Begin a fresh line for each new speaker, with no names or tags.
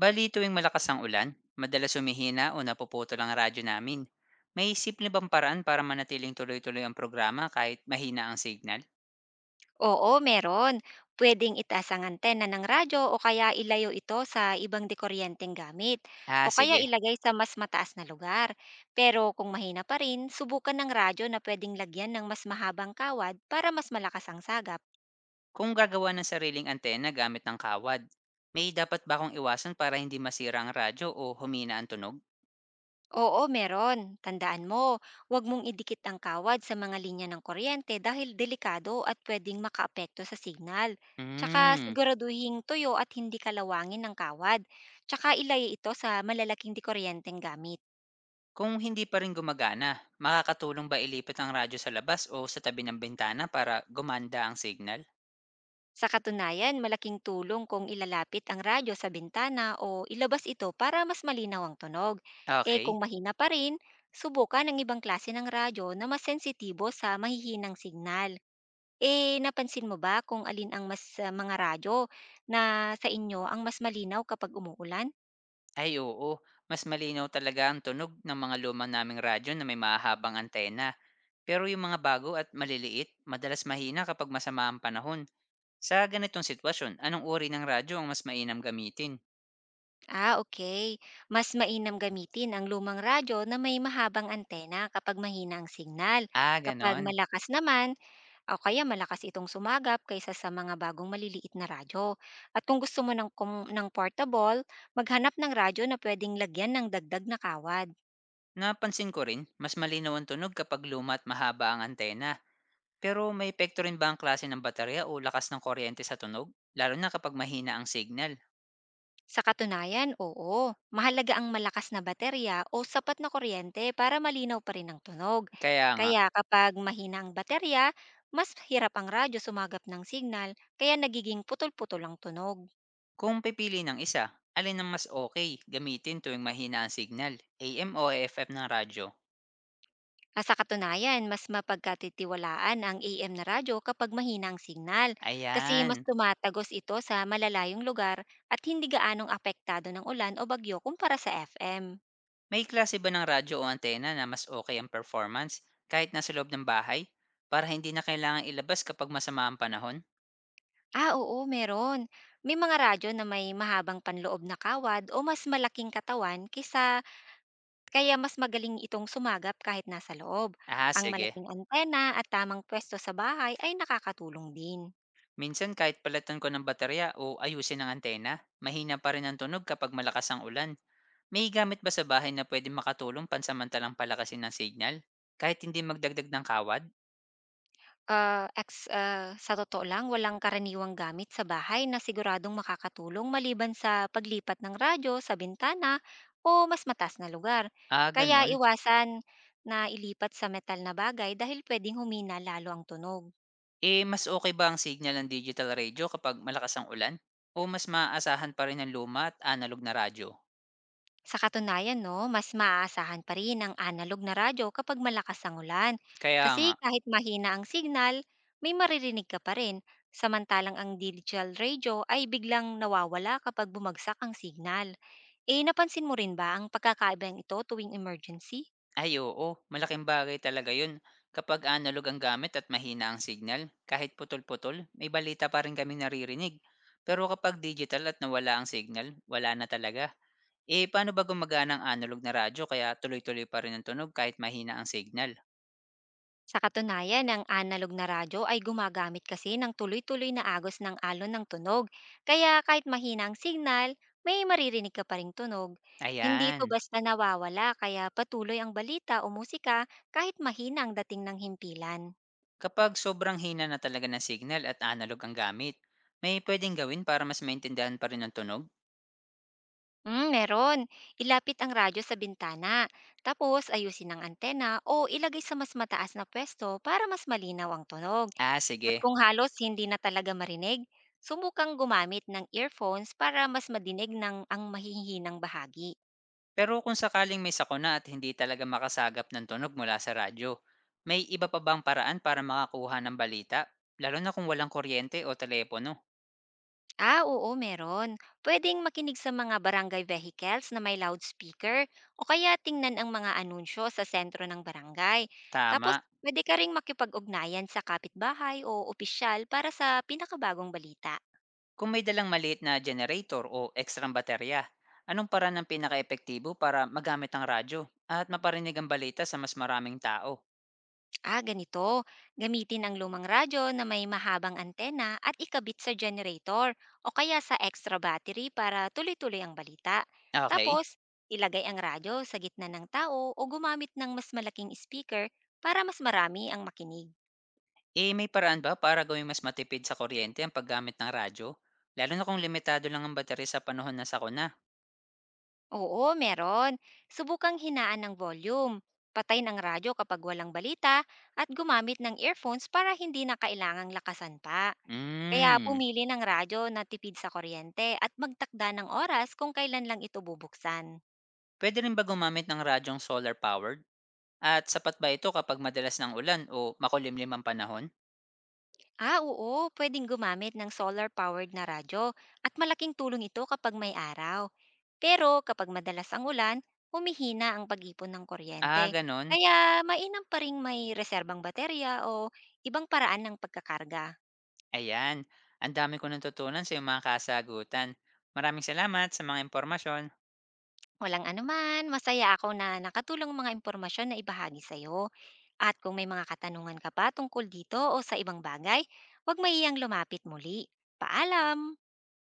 Bali tuwing malakas ang ulan, madalas humihina o napuputol ang radyo namin. May simple bang paraan para manatiling tuloy-tuloy ang programa kahit mahina ang signal?
Oo, meron. Pwedeng itaas ang antena ng radyo o kaya ilayo ito sa ibang dekuryenteng gamit o
Ah,
kaya
sige.
ilagay sa mas mataas na lugar. Pero kung mahina pa rin, subukan ng radyo na pwedeng lagyan ng mas mahabang kawad para mas malakas ang sagap.
Kung gagawa ng sariling antena gamit ng kawad, may dapat ba akong iwasan para hindi masira ang radyo o humina ang tunog?
Oo, meron. Tandaan mo, huwag mong idikit ang kawad sa mga linya ng kuryente dahil delikado at pwedeng makaapekto sa signal. Tsaka
Hmm.
siguraduhin tuyo at hindi kalawangin ng kawad. Tsaka ilaya ito sa malalaking dikuryenteng gamit.
Kung hindi pa rin gumagana, makakatulong ba ilipat ang radyo sa labas o sa tabi ng bintana para gumanda ang signal?
Sa katunayan, malaking tulong kung ilalapit ang radyo sa bintana o ilabas ito para mas malinaw ang tunog. Eh kung
Okay.
mahina pa rin, subukan ang ibang klase ng radyo na mas sensitibo sa mahihinang signal. Eh, napansin mo ba kung alin ang mas mga radyo na sa inyo ang mas malinaw kapag umuulan?
Ay oo, mas malinaw talaga ang tunog ng mga luma naming radyo na may mahahabang antena. Pero yung mga bago at maliliit, madalas mahina kapag masama ang panahon. Sa ganitong sitwasyon, anong uri ng radyo ang mas mainam gamitin?
Ah, okay. Mas mainam gamitin ang lumang radyo na may mahabang antena kapag mahina ang signal.
Ah,
Kapag
ganon.
malakas naman, o kaya malakas itong sumagap kaysa sa mga bagong maliliit na radyo. At kung gusto mo ng, ng portable, maghanap ng radyo na pwedeng lagyan ng dagdag na kawad.
Napansin ko rin, mas malinaw ang tunog kapag luma at mahaba ang antena. Pero may epekto rin ba ang klase ng baterya o lakas ng kuryente sa tunog? Lalo na kapag mahina ang signal.
Sa katunayan, oo. Mahalaga ang malakas na baterya o sapat na kuryente para malinaw pa rin ang tunog.
Kaya nga,
Kaya kapag mahina ang baterya, mas hirap ang radyo sumagap ng signal kaya nagiging putol-putol ang tunog.
kung pipili ng isa, alin ang mas okay gamitin tuwing mahina ang signal? AM o FM ng radyo?
Sa katunayan, mas mapagkatitiwalaan ang AM na radyo kapag mahina ang signal kasi mas
Ayan.
tumatagos ito sa malalayong lugar at hindi gaanong apektado ng ulan o bagyo kumpara sa FM.
May klase ba ng radyo o antena na mas okay ang performance kahit nasa loob ng bahay? Para hindi na kailangan ilabas kapag masama ang panahon?
Ah, oo, meron. May mga radyo na may mahabang panloob na kawad o mas malaking katawan kaysa kaya mas magaling itong sumagap kahit nasa loob.
Ah,
Ang
sige.
malaking antena at tamang pwesto sa bahay ay nakakatulong din.
Minsan kahit palitan ko ng baterya o ayusin ang antena, mahina pa rin ang tunog kapag malakas ang ulan. May gamit ba sa bahay na pwede makatulong pansamantalang palakasin ng signal? Kahit hindi magdagdag ng kawad?
Sa totoo lang, walang karaniwang gamit sa bahay na siguradong makakatulong maliban sa paglipat ng radyo sa bintana o mas matas na lugar.
Ah,
Kaya
ganun.
iwasan na ilipat sa metal na bagay dahil pwedeng humina lalo ang tunog.
Eh, mas okay ba ang signal ng digital radio kapag malakas ang ulan o mas maaasahan pa rin ang luma at analog na radyo?
Sa katunayan, no, mas maaasahan pa rin ang analog na radyo kapag malakas ang ulan.
Kaya
Kasi
nga.
kahit mahina ang signal, may maririnig ka pa rin. Samantalang ang digital radio ay biglang nawawala kapag bumagsak ang signal. Eh, napansin mo rin ba ang pagkakaibang ito tuwing emergency?
Ay oo, malaking bagay talaga 'yun kapag analog ang gamit at mahina ang signal, kahit putol-putol may balita pa rin kaming naririnig. Pero kapag digital at nawala ang signal, wala na talaga. Eh, paano ba gumagana ang analog na radyo kaya tuloy-tuloy pa rin ang tunog kahit mahina ang signal?
Sa katunayan, ang analog na radyo ay gumagamit kasi ng tuloy-tuloy na agos ng alon ng tunog. Kaya kahit mahina ang signal, may maririnig ka pa ring tunog. Hindi ito
Ayan.
basta nawawala kaya patuloy ang balita o musika kahit mahina ang dating ng himpilan.
Kapag sobrang hina na talaga ng signal at analog ang gamit, may pwedeng gawin para mas maintindihan pa rin ang tunog?
Mm, meron. Ilapit ang radyo sa bintana, tapos ayusin ang antena o ilagay sa mas mataas na pwesto para mas malinaw ang tunog.
Ah,
At
sige.
kung halos hindi na talaga marinig, subukang gumamit ng earphones para mas madinig ng ang mahihinang bahagi.
Pero kung sakaling may sakuna at hindi talaga makasagap ng tunog mula sa radyo, may iba pa bang paraan para makakuha ng balita? Lalo na kung walang kuryente o telepono.
Ah, oo, meron. Pwedeng makinig sa mga barangay vehicles na may loudspeaker o kaya tingnan ang mga anunsyo sa sentro ng barangay. Tapos,
Tama.
pwede ka ring makipag-ugnayan sa kapitbahay o opisyal para sa pinakabagong balita.
Kung may dalang maliit na generator o ekstrang baterya, anong paraan ang pinaka-epektibo para magamit ang radyo at maparinig ang balita sa mas maraming tao?
Ah, ganito. Gamitin ang lumang radyo na may mahabang antena at ikabit sa generator o kaya sa extra battery para tuloy-tuloy ang balita.
Okay.
Tapos, ilagay ang radyo sa gitna ng tao o gumamit ng mas malaking speaker para mas marami ang makinig.
Eh, may paraan ba para gawing mas matipid sa kuryente ang paggamit ng radyo? Lalo na kung limitado lang ang baterya sa panahon na sakuna.
Oo, meron. Subukang hinaan ng volume. Patayin ang radyo kapag walang balita at gumamit ng earphones para hindi na kailangang lakasan pa. Kaya
Hmm.
pumili ng radyo na tipid sa kuryente at magtakda ng oras kung kailan lang ito bubuksan.
Pwede rin ba gumamit ng radyong solar-powered? At sapat ba ito kapag madalas ng ulan o makulimlim ang panahon?
Ah, oo, pwedeng gumamit ng solar-powered na radyo at malaking tulong ito kapag may araw. Pero kapag madalas ang ulan, humihina ang pag-ipon ng
Ah,
kuryente.
ganon.
Kaya mainam pa rin may reserbang baterya o ibang paraan ng pagkakarga.
Ayan. Ang dami ko natutunan sa iyong mga kasagutan. Maraming salamat sa mga impormasyon.
Walang anuman, masaya ako na nakatulong ang mga impormasyon na ibahagi sa'yo. At kung may mga katanungan ka pa tungkol dito o sa ibang bagay, huwag maiyang lumapit muli. Paalam!